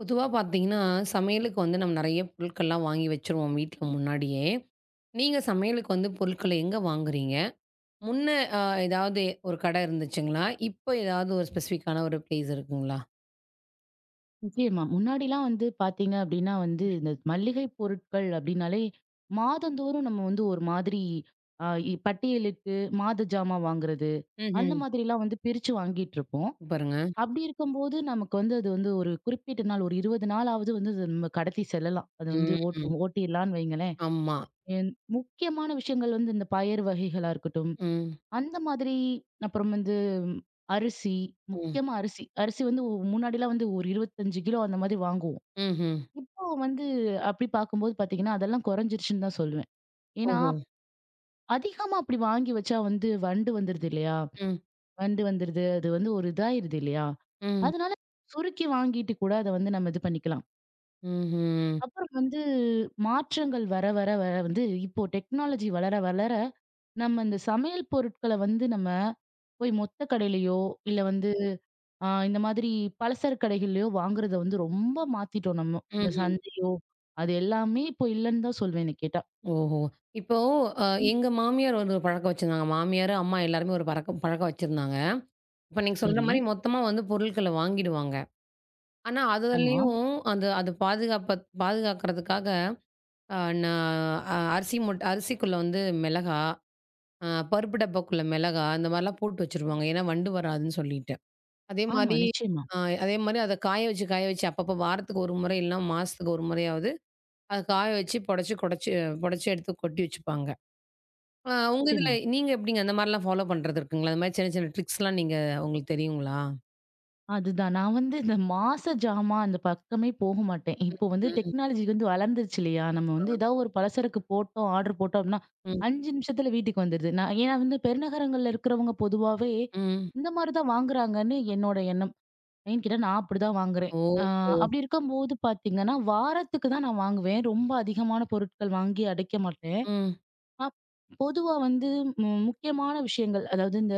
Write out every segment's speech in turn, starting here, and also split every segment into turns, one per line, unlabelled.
பொதுவா பார்த்தீங்கன்னா, சமையலுக்கு வந்து நம்ம நெறைய பொருட்கள்லாம் வாங்கி வச்சுருவோம் வீட்ல முன்னாடியே. நீங்க சமையலுக்கு வந்து பொருட்கள எங்க வாங்குறீங்க? முன்ன அ ஏதாவது ஒரு கடை இருந்துச்சுங்களா? இப்ப ஏதாவது ஒரு ஸ்பெசிஃபிக்கான ஒரு பிளேஸ் இருக்குங்களா?
நிச்சயமா. முன்னாடிலாம் வந்து பார்த்தீங்க அப்டின்னா வந்து, இந்த மல்லிகை பொருட்கள் அப்டின்னாலே, மாதந்தோறும் நம்ம வந்து ஒரு மாதிரி அ இ பட்டியலிட்டு மாத ஜாமான் வாங்குறது, அந்த
ம்ஹ்ம்.
மாதிரிலாம் வந்து பிரிச்சு வாங்கிட்டுருப்போம்.
சூப்பருங்க.
அப்டி இருக்கும்போது நமக்கு வந்து அது வந்து ஒரு குறிப்பிட்ட நாள் ஒரு 20 நாளாவது வந்து அது நம்ம கடத்தி செல்லலாம். அது வந்து
ம்.
ஓட்டு ஓட்டிர்லான்னு வைங்களேன்.
ஆமா.
என் முக்கியமான விஷயங்கள் வந்து இந்த பயறு வகைகளா இருக்கட்டும்,
ம்.
அந்த மாதிரி அப்புறம் வந்து ம், அரிசி,
ம்.
முக்கியமா அரிசி. அரிசி வந்து முன்னாடிலாம் வந்து ஒரு 25 கிலோ அந்த மாதிரி வாங்குவோம்.
ம்ஹ்ம்.
இப்போ வந்து அப்படி பார்க்கும்போது பார்த்தீங்கன்னா, அதெல்லாம் குறைஞ்சிருச்சுன்னு தான் சொல்லுவேன். ஏன்னா,
ஓஹோ!
அதிகமா அப்படி வாங்கி வச்சா வந்து வண்டு வந்துருது இல்லையா?
ம்.
வண்டு வந்துருது. அது வந்து ஒரு இதாயிருது இல்லையா?
ம்.
அதனால சுருக்கி வாங்கிட்டு கூட அத வந்து நம்ம இது பண்ணிக்கலாம்.
ம்ஹ்ம்.
அப்புறம் வந்து மாற்றங்கள் வர வர வர வந்து இப்போ டெக்னாலஜி வளர வளர, நம்ம இந்த சமையல் பொருட்கள வந்து நம்ம போய் மொத்த கடையிலயோ, இல்ல வந்து ஆ இந்த மாதிரி பலசர கடைகள்லயோ வாங்குறத வந்து ரொம்ப மாத்திட்டோம் நம்ம. இந்த
ம்ஹ்ம்.
சந்தையோ, அது எல்லாமே இப்போ இல்லன்னு தான் சொல்வேன் என்ன கேட்டா.
ஓஹோ! இப்போ
ம்.
எங்க மாமியார் ஒரு பழக்கம் வச்சிருந்தாங்க. மாமியார், அம்மா எல்லாருமே ஒரு பழக்கம் பழக்கம் வச்சிருந்தாங்க. இப்ப நீங்க சொல்ற
சரி.
மாரி மொத்தமா வந்து பொருட்கள வாங்கிடுவாங்க. ஆனா,
ஆமா.
அதுலயும் அந்த அது பாதுகாப்ப பாதுகாக்கிறதுக்காக அ நான் அ அரிசி அரிசிக்குள்ள வந்து மிளகா, அ பருப்பு டப்பாக்குள்ள மிளகா, இந்த மாரிலாம் போட்டு வச்சுருவாங்க. ஏன்னா, வண்டு வராதுன்னு சொல்லிட்டு. அதே
ஆமா.
மாரி
நிச்சயமா,
அ அதே மாரி அத காய வச்சு, காய வச்சு அப்பப்போ வாரத்துக்கு ஒரு முறை இல்லன்னா, மாசத்துக்கு ஒரு முறையாவது அத காய வச்சு புடைச்சு, குடைச்சு புடைச்சு எடுத்து கொட்டி வச்சுப்பாங்க. உங்க இதுல
நிச்சயமா.
நீங்க எப்படிங்க? அந்த மாரிலாம் ஃபாலோ பண்றது இருக்குங்களா? அந்த மாரி சின்ன சின்ன ட்ரிக்ஸ்லாம் நீங்க உங்களுக்கு தெரியுங்களா?
அதுதான். நான் வந்து இந்த மாச ஜாமான் அந்த பக்கமே போக மாட்டேன். இப்போ வந்து
ம்.
டெக்னாலஜி வந்து வளர்ந்துருச்சு இல்லையா? நம்ம வந்து ஏதாவது ஒரு பலசரக்கு போட்டோம், ஆர்டர் போட்டோம் அப்படின்னா,
ம்.
5 நிமிஷத்துல வீட்டுக்கு வந்துருது. நான் ஏன்னா வந்து பெருநகரங்கள்ல இருக்கிறவங்க பொதுவாவே
ம்.
இந்த மாரி தான் வாங்குறாங்கன்னு என்னோட எண்ணம். ஏன்னு கேட்டா, நான் அப்படிதான் வாங்குறேன். அ
ஓஹோ!
அப்படி இருக்கும்போது பார்த்தீங்கன்னா, வாரத்துக்கு தான் நான் வாங்குவேன். ரொம்ப அதிகமான பொருட்கள் வாங்கி அடைக்க மாட்டேன்.
ம்.
அப் பொதுவா வந்து முக்கியமான விஷயங்கள், அதாவது இந்த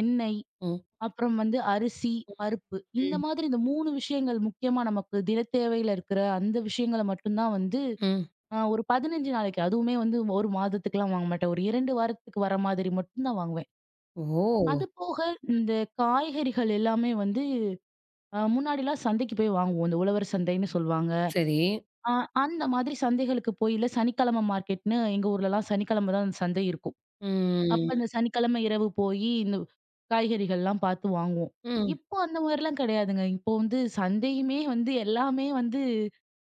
எண்ணெய்,
ம்.
அப்புறம் வந்து அரிசி, பருப்பு இந்த
ம்.
மாதிரி இந்த 3 விஷயங்கள் முக்கியமா நமக்கு தினத்தேவையில இருக்கிற அந்த விஷயங்கள மட்டும் தான் வந்து
ம்.
ஒரு 15 நாளைக்கு, அதுவுமே வந்து 1 மாதத்துக்குலாம் வாங்க மாட்டேன். ஒரு 2 வாரத்துக்கு வர மாதிரி மட்டும் தான் வாங்குவேன்.
ஓ!
அது போக இந்த காய்கறிகள் எல்லாமே வந்து முன்னாடிலாம் சந்தைக்கு போய் வாங்குவோம். இந்த உழவர் சந்தைன்னு சொல்லுவாங்க.
சரி.
அ அந்த மாதிரி சந்தைகளுக்கு போய், இல்ல சனிக்கிழமை மார்க்கெட்ன்னு எங்க ஊர்லலாம் சனிக்கிழமை தான் அந்த சந்தை இருக்கும். அப்ப
ம்.
அந்த சனிக்கிழமை இரவு போயி இந்த காய்கறிகள்லாம் பார்த்து வாங்குவோம்.
ம்.
இப்போ அந்த மாதிரிலாம் கிடையாதுங்க. இப்போ வந்து சந்தையுமே வந்து எல்லாமே வந்து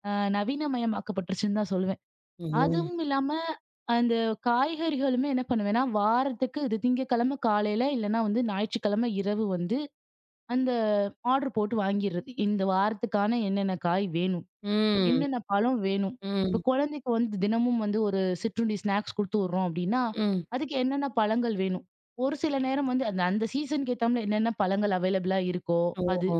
நவீனமயமாக்கப்பட்டுருச்சுன்னு தான் சொல்லுவேன்.
ஓ!
அதுவும் இல்லாம அந்த காய்கறிகளுமே என்ன பண்ணுவேன்னா, வாரத்துக்கு இது திங்கட்கிழமை காலையில இல்லன்னா வந்து ஞாயிற்றுக்கிழமை இரவு வந்து அந்த ஆர்டர் போட்டு வாங்கிர்றது. இந்த வாரத்துக்கான என்னென்ன காய் வேணும்?
ம்.
என்னென்ன பழம் வேணும்?
ம்.
இப்ப குழந்தைக்கு வந்து தினமும் வந்து ஒரு சிற்றுண்டி ஸ்நாக்ஸ் குடுத்து விடுறோம் அப்டின்னா,
ம்.
அதுக்கு என்னென்ன பழங்கள் வேணும்? ஒரு சில நேரம் வந்து அந்த அந்த சீசனுக்கு ஏத்தாப்ல என்னென்ன பழங்கள் அவைலபிளா இருக்கோ அது.
ஓஹோ!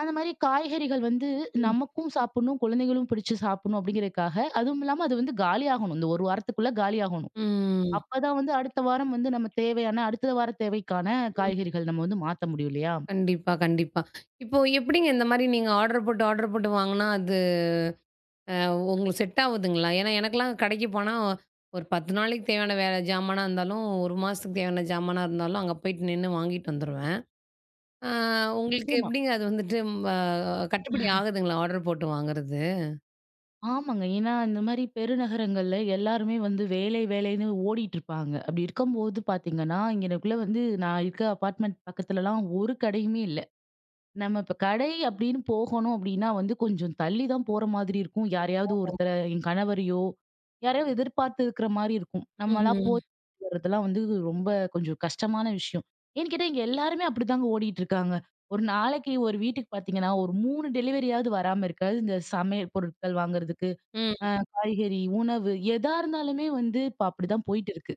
அந்த மாரி காய்கறிகள் வந்து
ம்.
நமக்கும் சாப்பிடணும், குழந்தைகளும் பிடிச்சு சாப்பிடணும் அப்டிங்கிறதுக்காக, அதுவும் இல்லாம அது வந்து காலியாகணும். இந்த ஒரு வாரத்துக்குள்ள காலியாகணும்.
ம்.
அப்பதான் வந்து அடுத்த வாரம் வந்து நம்ம தேவையான அடுத்த வார தேவைக்கான
ம்.
காய்கறிகள் நம்ம வந்து மாத்த முடியும் இல்லையா?
கண்டிப்பா, கண்டிப்பா. இப்போ எப்படிங்க இந்த மாரி நீங்க ஆர்டர் போட்டு வாங்குனா அது அ உங்களுக்கு செட் ஆவுதுங்களா? ஏன்னா எனக்கெல்லாம் கடைக்கு போனா, ஒரு 10 நாளைக்கு தேவையான வேற ஜாமானா இருந்தாலும், 1 மாசத்துக்கு தேவையான ஜாமானா இருந்தாலும், அங்க போயிட்டு நின்னு வாங்கிட்டு வந்துருவேன். ஆ உங்களுக்கு
நிச்சயமா.
எப்படிங்க அது வந்துட்டு ம கட்டுப்படி ஆகுதுங்களா ஆர்டர் போட்டு வாங்குறது?
ஆமாங்க. ஏன்னா, இந்த மாரி பெருநகரங்கள்ல எல்லாருமே வந்து வேலை, வேலைன்னு ஓடிட்டு இருப்பாங்க. அப்படி இருக்கும்போது பார்த்தீங்கன்னா, இங்கனக்குள்ள வந்து நான் இருக்க அபார்ட்மெண்ட் பக்கத்துலலாம் ஒரு கடையுமே இல்ல. நம்ம இப்ப கடை அப்படின்னு போகணும் அப்படின்னா வந்து கொஞ்சம் தள்ளி தான் போற மாதிரி இருக்கும். யாரையாவது ஒருத்தர என் கணவரையோ, யாரையாவது எதிர்பார்த்து இருக்கிற மாரி இருக்கும். நம்மளா
ம்ஹ்ம்.
போய் வரதெல்லாம் வந்து ரொம்ப கொஞ்சம் கஷ்டமான விஷயம். ஏன்னு கேட்டா, இங்க எல்லாருமே அப்படிதாங்க ஓடிட்டு இருக்காங்க. ஒரு நாளைக்கு ஒரு வீட்டுக்கு பார்த்தீங்கன்னா, ஒரு 3 டெலிவரியாவது வராம இருக்காது. இந்த சமையல் பொருட்கள் வாங்குறதுக்கு.
ம்.
அ காய்கறி, உணவு எதா இருந்தாலுமே வந்து இப்ப அப்படிதான் போயிட்டு இருக்கு.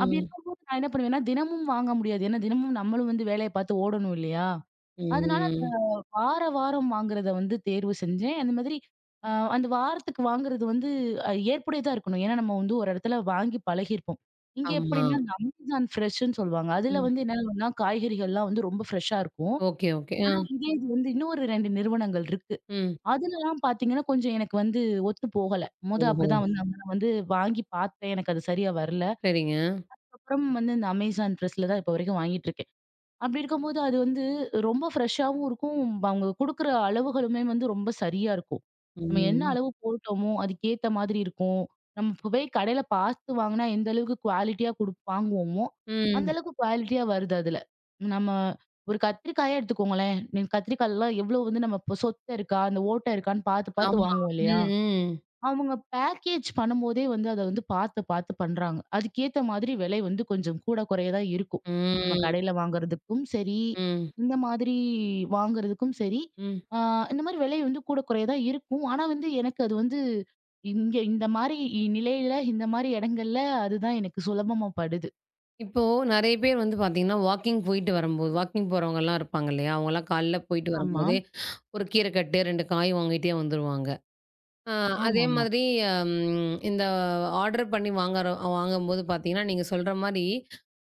அப்படி இருக்கும்போது நான் என்ன பண்ணுவேன்னா, தினமும் வாங்க முடியாது. ஏன்னா தினமும் நம்மளும் வந்து வேலைய பார்த்து ஓடணும் இல்லையா? அதனால
ம்.
வார வாரம் வாங்குறத வந்து தேர்வு செஞ்சேன். அந்த மாதிரி அ அந்த வாரத்துக்கு வாங்குறது வந்து ஏற்புடையதா இருக்கணும். ஏன்னா நம்ம வந்து ஒரு இடத்துல வாங்கி பழகியிருப்போம். இங்க
ஆமா.
எப்படின்னா இந்த அமேசான் ஃப்ரெஷ்ன்னு சொல்லுவாங்க. அதுல
ம்.
வந்து என்ன ஆகும்னா, காய்கறிகள்லாம் வந்து ரொம்ப ஃப்ரெஷ்ஷா இருக்கும்.
Okay, okay. ஆ.
ஆனா இதே இது வந்து இன்னும் ஒரு 2 நிறுவனங்கள் இருக்கு.
ம்.
அதுலலாம் பார்த்தீங்கன்னா, கொஞ்சம் எனக்கு வந்து ஒத்து போகல.
ஓஹோ!
அப்படிதான் வந்து அங்க நான் வந்து வாங்கி பார்த்தேன். எனக்கு அது சரியா வரல.
சரிங்க.
அப்புறம் வந்து இந்த Amazon Pressல தான் இப்போ வரைக்கும் வாங்கிட்டுருக்கேன். அப்படி இருக்கும்போது அது வந்து ரொம்ப ஃப்ரெஷ்ஷாவும் இருக்கும். அவங்க குடுக்குற அளவுகளுமே வந்து ரொம்ப சரியா இருக்கும். நம்ம என்ன
ம்.
அளவு போட்டோமோ, அதுக்கேத்த மாதிரி இருக்கும். நம்ம இப்ப போய் கடையில பார்த்து வாங்குனா, எந்த அளவுக்கு குவாலிட்டியா குடு வாங்குவோமோ, அந்த
ம்.
அளவுக்கு குவாலிட்டியா வருது அதுல. நம்ம ஒரு கத்திரிக்காயே எடுத்துக்கோங்களேன். நீ கத்திரிக்காய்லாம் எவ்வளோ வந்து நம்ம இப்போ சொத்தை இருக்கா? அந்த ஓட்டை இருக்கான்னு பார்த்து பார்த்து
ஆமா.
வாங்குவோம் இல்லையா?
ம், ம்.
அவங்க பேக்கேஜ் பண்ணும்போதே வந்து அத வந்து பார்த்து, பார்த்து பண்றாங்க. அதுக்கேத்த மாதிரி விலை வந்து கொஞ்சம் கூட குறைய தான் இருக்கும். நம்ம
ம்.
கடையில வாங்குறதுக்கும் சரி,
ம்.
இந்த மாதிரி வாங்குறதுக்கும் சரி,
ம்.
ஆ இந்த மாதிரி விலை வந்து கூட குறைய தான் இருக்கும். ஆனா வந்து எனக்கு அது வந்து இங்க இந்த மாரி நிலையில, இந்த மாரி இடங்கள்ல அதுதான் எனக்கு சுலபமா படுது.
இப்போ நெறைய பேர் வந்து பார்த்தீங்கன்னா, வாக்கிங் போயிட்டு வரும்போது வாக்கிங் போறவங்கலாம் இருப்பாங்க இல்லையா? அவங்கலாம் காலைல போயிட்டு
ஆமா.
வரும்போதே, ஒரு கீரைக்கட்டு, 2 காய் வாங்கிட்டே வந்துருவாங்க. ஆ அதே
ஆமாமா. ஆமா.
மாதிரி இந்த ஆர்டர் பண்ணி வாங்குறோம் வாங்கும்போது பார்த்தீங்கன்னா, நீங்க சொல்ற மாரி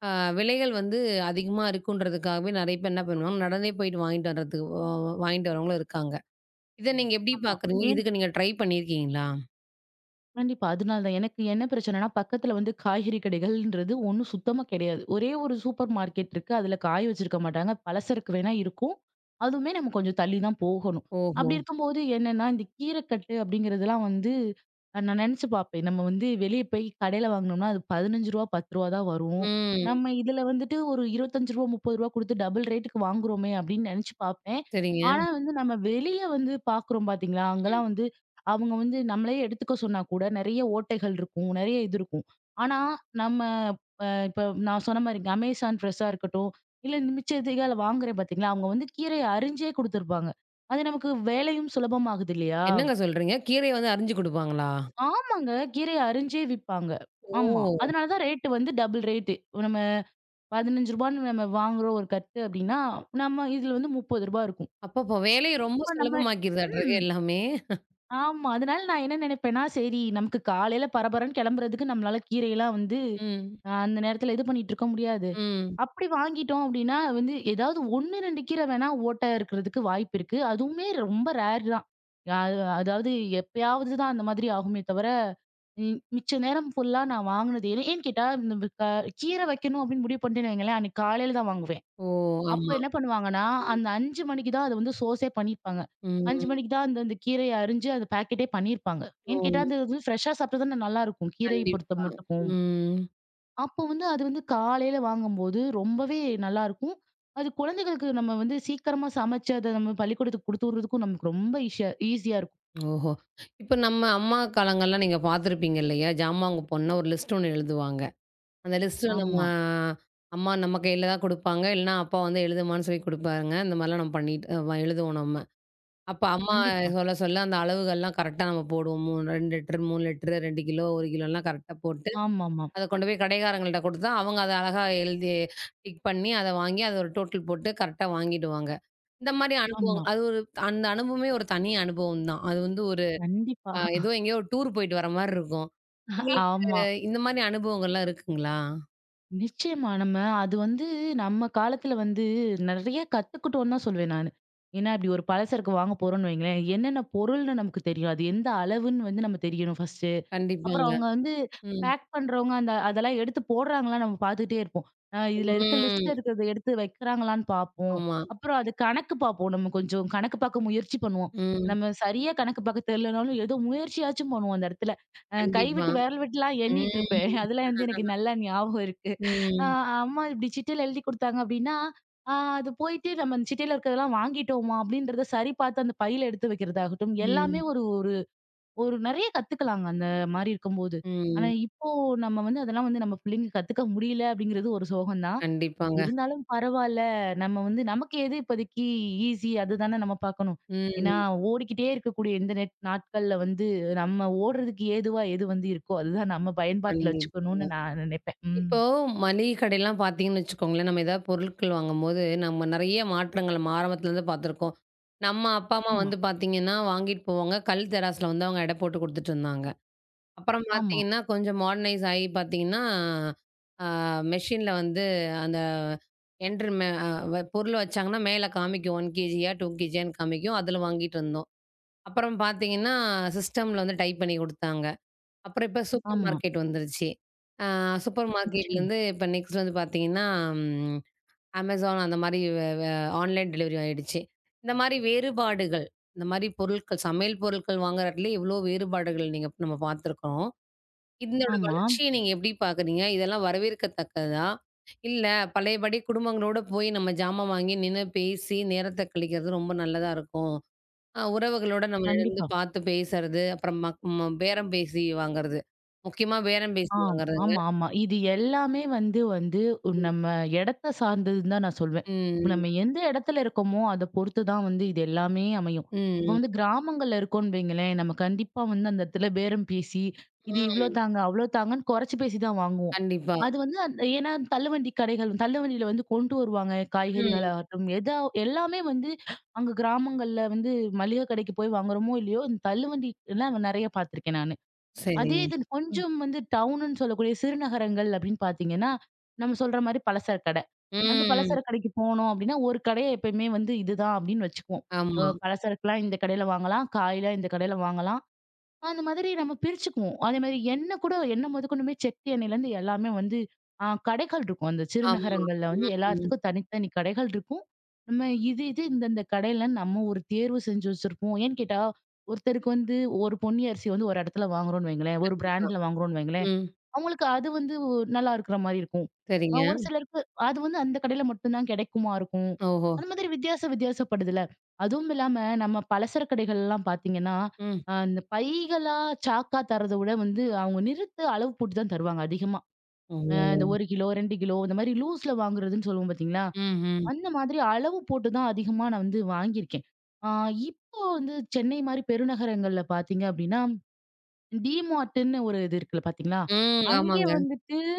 அ விலைகள் வந்து அதிகமா இருக்குன்றதுக்காகவே நெறைய பேர் என்ன பண்ணுவாங்க, நடந்தே போயிட்டு வாங்கிட்டு வர்றதுக்கு வ வாங்கிட்டு வரவங்களும் இருக்காங்க. இத நீங்க எப்படி
ஆமா.
பார்க்குறீங்க?
ஏன்
இதுக்கு நீங்க ட்ரை பண்ணியிருக்கீங்களா?
கண்டிப்பா. அதனால தான். எனக்கு என்ன பிரச்சனைன்னா, பக்கத்துல வந்து காய்கறி கடைகள்ன்றது ஒண்ணும் சுத்தமா கிடையாது. ஒரே ஒரு சூப்பர் மார்க்கெட் இருக்கு. அதுல காய வச்சிருக்க மாட்டாங்க. பலசரக்கு வேணா இருக்கும். அதுவுமே நம்ம கொஞ்சம் தள்ளி தான் போகணும்.
ஓஹோ!
அப்படி இருக்கும்போது என்னன்னா, இந்த கீரைக்கட்டு அப்படிங்கிறதெல்லாம் வந்து நான் நெனச்சு பார்ப்பேன். நம்ம வந்து வெளிய போய் கடையில வாங்குனோம்னா, அது ரூ. 15 ரூ. 10 தான் வரும்.
ம்.
நம்ம இதுல வந்துட்டு ஒரு ரூ. 25 ரூ. 30 குடுத்து டபுள் ரேட்டுக்கு வாங்குறோமே அப்படின்னு நெனச்சு பார்ப்பேன்.
சரிங்க.
ஆனா வந்து நம்ம வெளிய வந்து பார்க்குறோம் பார்த்தீங்களா?
ம்.
அங்கலாம் வந்து அவங்க வந்து நம்மளயே எடுத்துக்க சொன்னா கூட நெறைய ஓட்டைகள் இருக்கும். நெறைய இது இருக்கும். ஆனா, நம்ம இப்ப நான் சொன்ன மாரி அமேசான் ஃப்ரெஷ்ஷா இருக்கட்டும், இல்ல மிச்சதிகால வாங்குறேன் பார்த்தீங்களா, அவங்க வந்து கீரைய அரிஞ்சே குடுத்துருப்பாங்க. அது நமக்கு வேலையும் சுலபமாகுது இல்லையா?
என்னங்க சொல்றீங்க? கீரைய வந்து அரிஞ்சு குடுப்பாங்களா?
ஆமாங்க. கீரைய அரிஞ்சே விப்பாங்க. ஆமா.
ஓ!
அதனால தான் ரேட் வந்து டபுள் ரேட்டு. நம்ம ரூ. 15ன்னு நம்ம வாங்குறோம் ஒரு கட்டு அப்டின்னா, நம்ம இதுல வந்து ரூ. 30 இருக்கும்.
அப்பப்போ! வேலைய ரொம்ப
அப்ப நம்ம
சுலபமாக்கிருதாட்ருக்கு
ம்.
எல்லாமே.
ஆமா. அதனால நான் என்ன நினைப்பேன்னா, சரி நமக்கு காலையில பரபரன்னு கிளம்புறதுக்கு நம்மளால கீரையெல்லாம் வந்து
ம்.
அந்த நேரத்துல இது பண்ணிட்டு இருக்க முடியாது.
ம்.
அப்படி வாங்கிட்டோம் அப்படின்னா வந்து ஏதாவது 1, 2 கீரை வேணா ஓட்டை இருக்கிறதுக்கு வாய்ப்பு இருக்கு. அதுவுமே ரொம்ப ரேர் தான். அ அதாவது எப்பயாவது தான் அந்த மாதிரி ஆகுமே தவிர, மிச்ச நேரம் ஃபுல்லா நான் வாங்குனது ஏன்னு ஏன்னு கேட்டா, இந்த வி- க கீரை வைக்கணும் அப்படின்னு முடிவு பண்ணிட்டேன்னு வைங்களேன், அன்னைக்கு காலையில தான் வாங்குவேன்.
ஓ!
அப்ப
ஆமா.
என்ன பண்ணுவாங்கன்னா,
ம்.
அந்த 5 மணிக்கு தான் அத வந்து சோர்ஸே பண்ணியிருப்பாங்க. 5
ம்.
மணிக்கு தான் அந்த அந்த கீரைய அரிஞ்சு அந்த பாக்கெட்டே பண்ணியிருப்பாங்க.
ஓ!
ஏன்னு கேட்டா, அது வந்து ஃப்ரெஷ்ஷா சாப்பிட்டா தானே நல்லாருக்கும். கீரைய பொறுத்த
கண்டிப்பா.
மட்டுக்கும்.
ம்.
அப்போ வந்து அது வந்து காலையில வாங்கும்போது ரொம்பவே நல்லாருக்கும். அது குழந்தைகளுக்கு நம்ம வந்து சீக்கிரமா சமைச்சு அத நம்ம பள்ளிக்கூடத்துக்கு குடுத்து விடுறதுக்கும் நமக்கு ரொம்ப ஈஸியா ஈஸியா இருக்கும்.
ஓஹோ! இப்ப நம்ம அம்மா காலங்கள்லாம் நீங்க பார்த்துருப்பீங்க இல்லையா? ஜாமான் வாங்க போனோம்னா ஒரு லிஸ்ட் ஒண்ணு எழுதுவாங்க. அந்த லிஸ்ட் நம்ம
ஆமா.
அம்மா நம்ம கையில தான் குடுப்பாங்க. இல்லன்னா அப்பா வந்து எழுதுமான்னு சொல்லி குடுப்பாருங்க. இந்த மாரிலாம் நம்ம பண்ணிட்டு எழுதுவோம் நம்ம. அப்ப அம்மா
கண்டிப்பா.
சொல்ல சொல்ல அந்த அளவுகள்லாம் கரெக்ட்டா நம்ம போடுவோம். 3 2 லிட்டர், 3 லிட்டர், 2 கிலோ, 1 கிலோலாம் கரெக்ட்டா போட்டு
ஆமாமா. ஆமா.
அத கொண்டு போய் கடைக்காரங்கள்ட்ட குடுத்தா, அவங்க அத அழகா எழுதி டிக் பண்ணி, அத வாங்கி அத ஒரு டோட்டல் போட்டு கரெக்ட்டா வாங்கிடுவாங்க. இந்த மாரி அனுபவம்
ஆமா
அது ஒரு அந்த அனுபவமே ஒரு தனி அனுபவம் தான். அது வந்து ஒரு
கண்டிப்பா.
ஏதோ எங்கேயோ ஒரு டூர் போயிட்டு வர மாரி இருக்கும். உங்களுக்கு
ஆமா.
இந்த மாரி அனுபவங்கள்லாம் இருக்குங்களா?
நிச்சயமா. நம்ம அது வந்து நம்ம காலத்துல வந்து நெறைய கத்துக்கிட்டோம்னு தான் சொல்வேன் நானு. ஏன்னா, இப்படி ஒரு பலசரக்கு வாங்க போறோம்னு வைங்களேன், என்னென்ன பொருள்னு நமக்கு தெரியும். அது எந்த அளவுன்னு வந்து நம்ம தெரியணும் ஃபர்ஸ்ட். அப்புறம்
கண்டிப்பாங்க.
அவங்க வந்து
ம்.
பேக் பண்றவங்க அந்த அதெல்லாம் எடுத்து போடுறாங்களான்னு நம்ம பார்த்துக்கிட்டே இருப்போம். இதுல இருக்க
ம்.
லிஸ்ட்ல இருக்கிறத எடுத்து வைக்கிறாங்களான்னு பார்ப்போம்.
ஆமா.
அப்புறம் அது கணக்கு பார்ப்போம். நம்ம கொஞ்சம் கணக்கு பார்க்க முயற்சி பண்ணுவோம்.
ம்.
நம்ம சரியா கணக்கு பார்க்க தெரியலனாலும் ஏதோ முயற்சியாச்சும் பண்ணுவோம் அந்த இடத்துல.
கண்டிப்பா.
கைவிட்டு விரல் விட்டுலாம் எண்ணிட்டு இருப்பேன்.
ம்.
அதெல்லாம் வந்து எனக்கு நல்லா ஞாபகம் இருக்கு. அ
ம்.
அம்மா இப்படி சிட்டையில எழுதி குடுத்தாங்க அப்படின்னா, அ அது போயிட்டு நம்ம அந்த சிட்டையில இருக்கிறதெல்லாம் வாங்கிட்டோமா அப்படின்றத சரி பார்த்து அந்த பையில எடுத்து வைக்கிறதாகட்டும், எல்லாமே
ம்.
ஒரு ஒரு ஒரு நெறைய கத்துக்கலாங்க அந்த மாரி இருக்கும்போது. ஆனா
ம்.
இப்போ நம்ம வந்து அதெல்லாம் வந்து நம்ம பிள்ளைங்க கத்துக்க முடியல அப்படிங்கிறது ஒரு சோகம் தான்.
கண்டிப்பாங்க.
இருந்தாலும் பரவால்ல. நம்ம வந்து நமக்கு எது இப்போதைக்கு ஈஸி அதுதானே நம்ம பார்க்கணும். ஏன்னா
ம்.
ஓடிக்கிட்டே இருக்கக்கூடிய இந்த நெட் நாட்கள்ல வந்து நம்ம ஓடுறதுக்கு ஏதுவா எது வந்து இருக்கோ அதுதான் நம்ம பயன்பாட்டுல வச்சுக்கணும்னு
கண்டிப்பாங்க.
நான் நினைப்பேன். ம்.
இப்போ மளிகை கடையெல்லாம் பார்த்தீங்கன்னு வச்சுக்கோங்களேன், நம்ம ஏதாவது பொருட்கள் வாங்கும்போது, நம்ம நெறைய மாற்றங்கள் நம்ம ஆரம்பத்துலேருந்து பார்த்துருக்கோம். நம்ம அப்பா, அம்மா
ஆமா.
வந்து பார்த்தீங்கன்னா, வாங்கிட்டு போவாங்க. கல் தெராஸ்ல வந்து அவங்க எடை போட்டு குடுத்துட்டுருந்தாங்க. அப்புறம்
ஆமா,
பார்த்தீங்கன்னா, கொஞ்சம் மாடர்னைஸ் ஆகி பார்த்தீங்கன்னா, ஆ மெஷின்ல வந்து அந்த என்ட்ரு மெ அ வ பொருள் வச்சாங்கன்னா, மேல காமிக்கும் 1 கேஜியா, 2 கேஜியான்னு காமிக்கும். அதில வாங்கிட்டு இருந்தோம். அப்புறம் பார்த்தீங்கன்னா, சிஸ்டம்ல வந்து டைப் பண்ணி குடுத்தாங்க. அப்புறம் இப்ப
ஆமா,
சூப்பர்
ஆமா.
மார்க்கெட் வந்துருச்சு. ஆ சூப்பர்
நிச்சயமா.
மார்க்கெட்லருந்து இப்ப நெக்ஸ்ட் வந்து பார்த்தீங்கன்னா, ம் Amazon அந்த மாரி வே வே ஆன்லைன் டெலிவரி ஆயிடுச்சு. இந்த மாரி வேறுபாடுகள், இந்த மாரி பொருட்கள், சமையல் பொருட்கள் வாங்குற இடத்துல எவ்ளோ வேறுபாடுகள் நீங்க நம்ம பார்த்துருக்கோம். இதனோட
ஆமா.
வளர்ச்சிய நீங்க எப்படி பார்க்குறீங்க? இதெல்லாம் வரவேற்கத்தக்கதா? இல்ல பழையபடி குடும்பங்களோட போய் நம்ம ஜாமான் வாங்கி நின்னு பேசி நேரத்த கழிக்கிறது ரொம்ப நல்லதா இருக்கும். உறவுகளோட நம்ம இருந்து
கண்டிப்பா.
பார்த்து பேசுறது, அப்புறம் மக் ம பேரம் பேசி வாங்குறது. முக்கியமா பேரம் பேசி
ஆம்.
வாங்குறதுங்க.
ஆமா, ஆமா. இது எல்லாமே வந்து வந்து
ம்.
நம்ம இடத்த சார்ந்ததுன்னு தான் நான் சொல்வேன். இப்ப
ம்.
நம்ம எந்த இடத்துல இருக்கோமோ, அத பொறுத்து தான் வந்து இது எல்லாமே அமையும். இப்ப வந்து கிராமங்கள்ல இருக்கோம்ன்னு வைங்களேன், நம்ம கண்டிப்பா வந்து அந்த இடத்துல பேரம் பேசி, இது இவ்ளோ
ம்.
தாங்க, அவ்ளோ தாங்கன்னு குறைச்சு பேசி தான் வாங்குவோம்.
கண்டிப்பா.
அது வந்து அந்த ஏன்னா தள்ளுவண்டி கடைகள் தள்ளுவண்டியில வந்து கொண்டு வருவாங்க.
ம்.
காய்கறிகளாகட்டும், எதா எல்லாமே வந்து அங்க கிராமங்கள்ல வந்து மளிகை கடைக்கு போய் வாங்குறோமோ, இல்லையோ, இந்த தள்ளுவண்டிலாம் நெறைய பார்த்துருக்கேன் நானு. அதே
சரிங்க.
இது கொஞ்சம் வந்து டவுனுன்னு சொல்லக்கூடிய சிறுநகரங்கள் அப்படின்னு பார்த்தீங்கன்னா, நம்ம சொல்ற மாரி பலசர கடை. அந்த
ம்.
பலசர கடைக்கு போனோம் அப்படின்னா, ஒரு கடைய எப்பயுமே வந்து இதுதான் அப்படின்னு வச்சுக்குவோம்.
ஆமா,
பலசரக்குலாம் இந்த கடையில வாங்கலாம், காய்லாம் இந்த கடையில வாங்கலாம். அந்த மாதிரி நம்ம பிரிச்சுக்குவோம். அதே மாரி எண்ணெய் கூட எண்ணெய் மொதக்கொண்டுமே செக்கு எண்ணெயிலருந்து எல்லாமே வந்து கடைகள் இருக்கும். அந்த
ஆமா.
சிறுநகரங்கள்ல வந்து
ம்.
எல்லாத்துக்கும் தனித்தனி கடைகள் இருக்கும். நம்ம இது, இது இந்தந்த கடையிலன்னு நம்ம ஒரு தேர்வு செஞ்சு வச்சிருப்போம். ஏன்னு கேட்டா, ஒருத்தருக்கு வந்து ஒரு பொன்னி அரிசி வந்து ஒரு இடத்துல வாங்குறோம்ன்னு வைங்களேன், ஒரு
கண்டிப்பா.
பிராண்ட்ல வாங்குறோம்ன்னு வைங்களேன்.
ம்.
அவங்களுக்கு அது வந்து நல்லா இருக்கிற மாரி இருக்கும்.
சரிங்க.
ஒரு சிலருக்கு அது வந்து அந்த கடையில மட்டும் தான் கிடைக்குமா இருக்கும்.
ஓஹோ!
அந்த மாதிரி வித்தியாச வித்தியாசப்படுதுல. அதுவும் இல்லாம நம்ம பலசர கடைகள்லாம் பார்த்தீங்கன்னா,
ம்.
இந்த பைகளா, சாக்கா தர்றத விட வந்து அவங்க நிறுத்து அளவு போட்டு தான் தருவாங்க அதிகமா.
ஓ!
இந்த 1 கிலோ, 2 கிலோ இந்த மாதிரி லூஸ்ல வாங்குறதுன்னு சொல்லுவோம் பார்த்தீங்களா?
ம்ஹ்ம்.
அந்த மாதிரி அளவு போட்டு தான் அதிகமா நான் வந்து வாங்கியிருக்கேன். ஆ இப்போ வந்து சென்னை மாரி பெருநகரங்கள்ல பார்த்தீங்க அப்படின்னா, டி மார்ட்ன்னு ஒரு இது இருக்குல்ல பார்த்தீங்களா?
ம். ம்
அங்கே
ஆமாங்க.
வந்து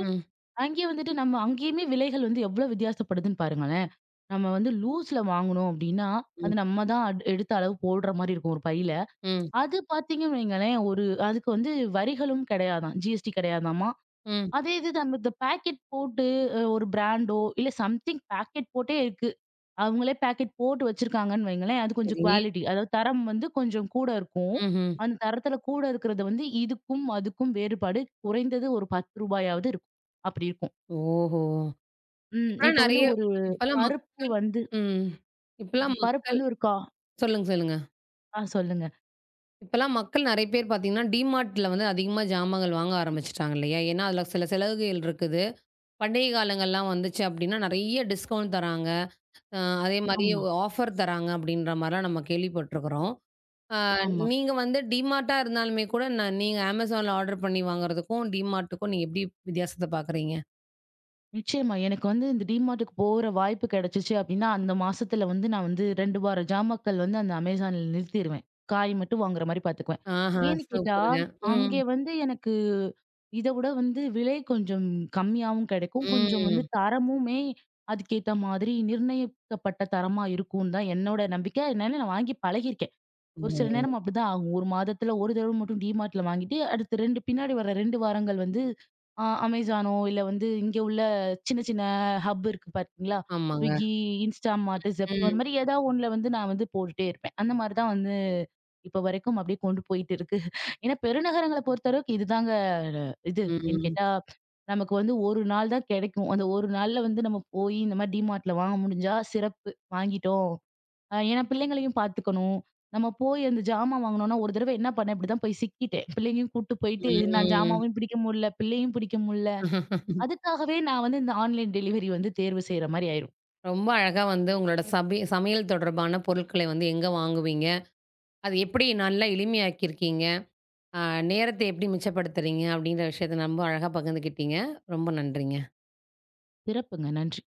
ம்.
அங்கேயே வந்துட்டு நம்ம அங்கேயுமே விலைகள் வந்து எவ்ளோ வித்தியாசப்படுதுன்னு பாருங்களேன். நம்ம வந்து லூஸ்ல வாங்குனோம் அப்டின்னா,
ம்.
அது நம்ம தான் அட் எடுத்த அளவு போடுற மாரி இருக்கும் ஒரு பையில.
ம்.
அது பார்த்தீங்கன்னு வைங்களேன், ஒரு அதுக்கு வந்து வரிகளும் கிடையாதாம். ஜிஎஸ்டி கிடையாதாமா.
ம்.
அதே இது நம்ம இந்த பாக்கெட் போட்டு ஒரு பிராண்டோ, இல்ல சம்திங் பாக்கெட் போட்டே இருக்கு. அவங்களே பாக்கெட் போட்டு வச்சிருக்காங்கன்னு வைங்களேன், அது கொஞ்சம்
சரி.
குவாலிட்டி அதாவது தரம் வந்து கொஞ்சம் கூட இருக்கும்.
ம்ஹ்ம்.
அந்த தரத்தில கூட இருக்கிறது வந்து இதுக்கும், அதுக்கும் வேறுபாடு குறைந்தது ஒரு ரூ. 10 ஆவது இருக்கும். அப்படி இருக்கும்.
ஓஹோ!
ம்.
இப்பலாம்
இப்ப வந்து
நெறைய
ஒரு
இப்பலாம்
பருப்பு
மக்கள்
வந்து
ம். இப்பலாம்
பருப்பு
மக்கள்
வந்து ஒரு கா
சொல்லுங்க, சொல்லுங்க.
ஆ சொல்லுங்க.
இப்பலாம் மக்கள் நெறைய பேர் பார்த்தீங்கன்னா, டிமார்ட்ல வந்து அதிகமா ஜாமான்கள் வாங்க ஆரம்பிச்சுட்டாங்க இல்லையா? ஏன்னா, அதில சில சலுகைகள் இருக்குது. பண்டிகை காலங்கள்லாம் வந்துச்சு அப்டின்னா, நெறைய டிஸ்கவுண்ட் தராங்க. அ அதேமாரி
ஆமா,
ஆஃபர் தராங்க அப்டின்ற மாரிலாம் நம்ம கேள்விப்பட்டுருக்குறோம். அ
ஆமா.
நீங்க வந்து டிமார்ட்டா இருந்தாலுமே கூட, நீங்க Amazonல ஆர்டர் பண்ணி வாங்குறதுக்கும், டிமார்ட்டுக்கும் நீங்க எப்டி வித்தியாசத்த பார்க்குறீங்க?
நிச்சயமா. எனக்கு வந்து இந்த டிமார்ட்டுக்கு போற வாய்ப்பு கிடைச்சுச்சு அப்டின்னா, அந்த மாசத்துல வந்து நான் வந்து 2 வார ஜாமாக்கள் வந்து அந்த அமேசான்ல நிறுத்திருவேன். காய் மட்டும் வாங்குற மாரி பார்த்துக்குவேன்.
ஆஹா!
ஏன்னு கேட்டா,
சூப்பருங்க. ம்,
அங்கே வந்து எனக்கு இத விட வந்து விலை கொஞ்சம் கம்மியாவும் கிடைக்கும். கொஞ்சம் வந்து
ம்.
தரமுமே அதுக்கேத்த மாதிரி நிர்ணயிக்கப்பட்ட தரமா இருக்கும்னு தான் என்னோட நம்பிக்கை. அதனால நான் வாங்கி பழகியிருக்கேன். ஒரு சில
ஓ!
நேரம் அப்படிதான் ஆகும். 1 மாதத்துல 1 தடவ மட்டும் டிமார்ட்ல வாங்கிட்டு, அடுத்து 2 பின்னாடி வர 2 வாரங்கள் வந்து அமேசானோ இல்ல வந்து இங்க உள்ள சின்ன சின்ன ஹப் இருக்கு பார்த்தீங்களா?
ஆமாங்க.
ஸ்விக்கி, இன்ஸ்டாமார்ட், ஜெப்டோ அந்த
ம்,
மாரி ஏதாவது ஒண்ணுல வந்து நான் வந்து போட்டுட்டே இருப்பேன். அந்த மாரி தான் வந்து இப்ப வரைக்கும் அப்படியே கொண்டு போயிட்டு இருக்கு. ஏன்னா பெருநகரங்கள பொறுத்தளவுக்கு இதுதாங்க இது ஏன்னு
ம்,
கேட்டா, நமக்கு வந்து 1 நாள் தான் கிடைக்கும். அந்த 1 நாள்ல வந்து நம்ம போய் இந்த மாரி டிமார்ட்ல வாங்க முடிஞ்சா சிறப்பு. வாங்கிட்டோம். ஏன்னா பிள்ளைங்களையும் பார்த்துக்கணும். நம்ம போய் அந்த ஜாமான் வாங்கணும்னா, ஒரு தடவ என்ன பண்ணேன் இப்படிதான் போய் சிக்கிட்டேன். பிள்ளைங்கயும் கூட்டு போயிட்டு நான் ஜாமாவையும் பிடிக்க முடியல, பிள்ளையும் பிடிக்க முடியல.
ம்.
அதுக்காகவே நான் வந்து இந்த ஆன்லைன் டெலிவரி வந்து தேர்வு செய்ற மாரி ஆயிரும்.
ரொம்ப அழகா வந்து உங்களோட சபி சமையல் தொடர்பான பொருட்களை வந்து எங்க வாங்குவீங்க? அது எப்படி நல்லா எளிமையாக்கியிருக்கீங்க? அ நேரத்த எப்படி மிச்சப்படுத்துறீங்க? அப்படின்ற விஷயத்த ரொம்ப அழகா பகிர்ந்துக்கிட்டீங்க. ரொம்ப நன்றிங்க.
சிறப்புங்க. நன்றி.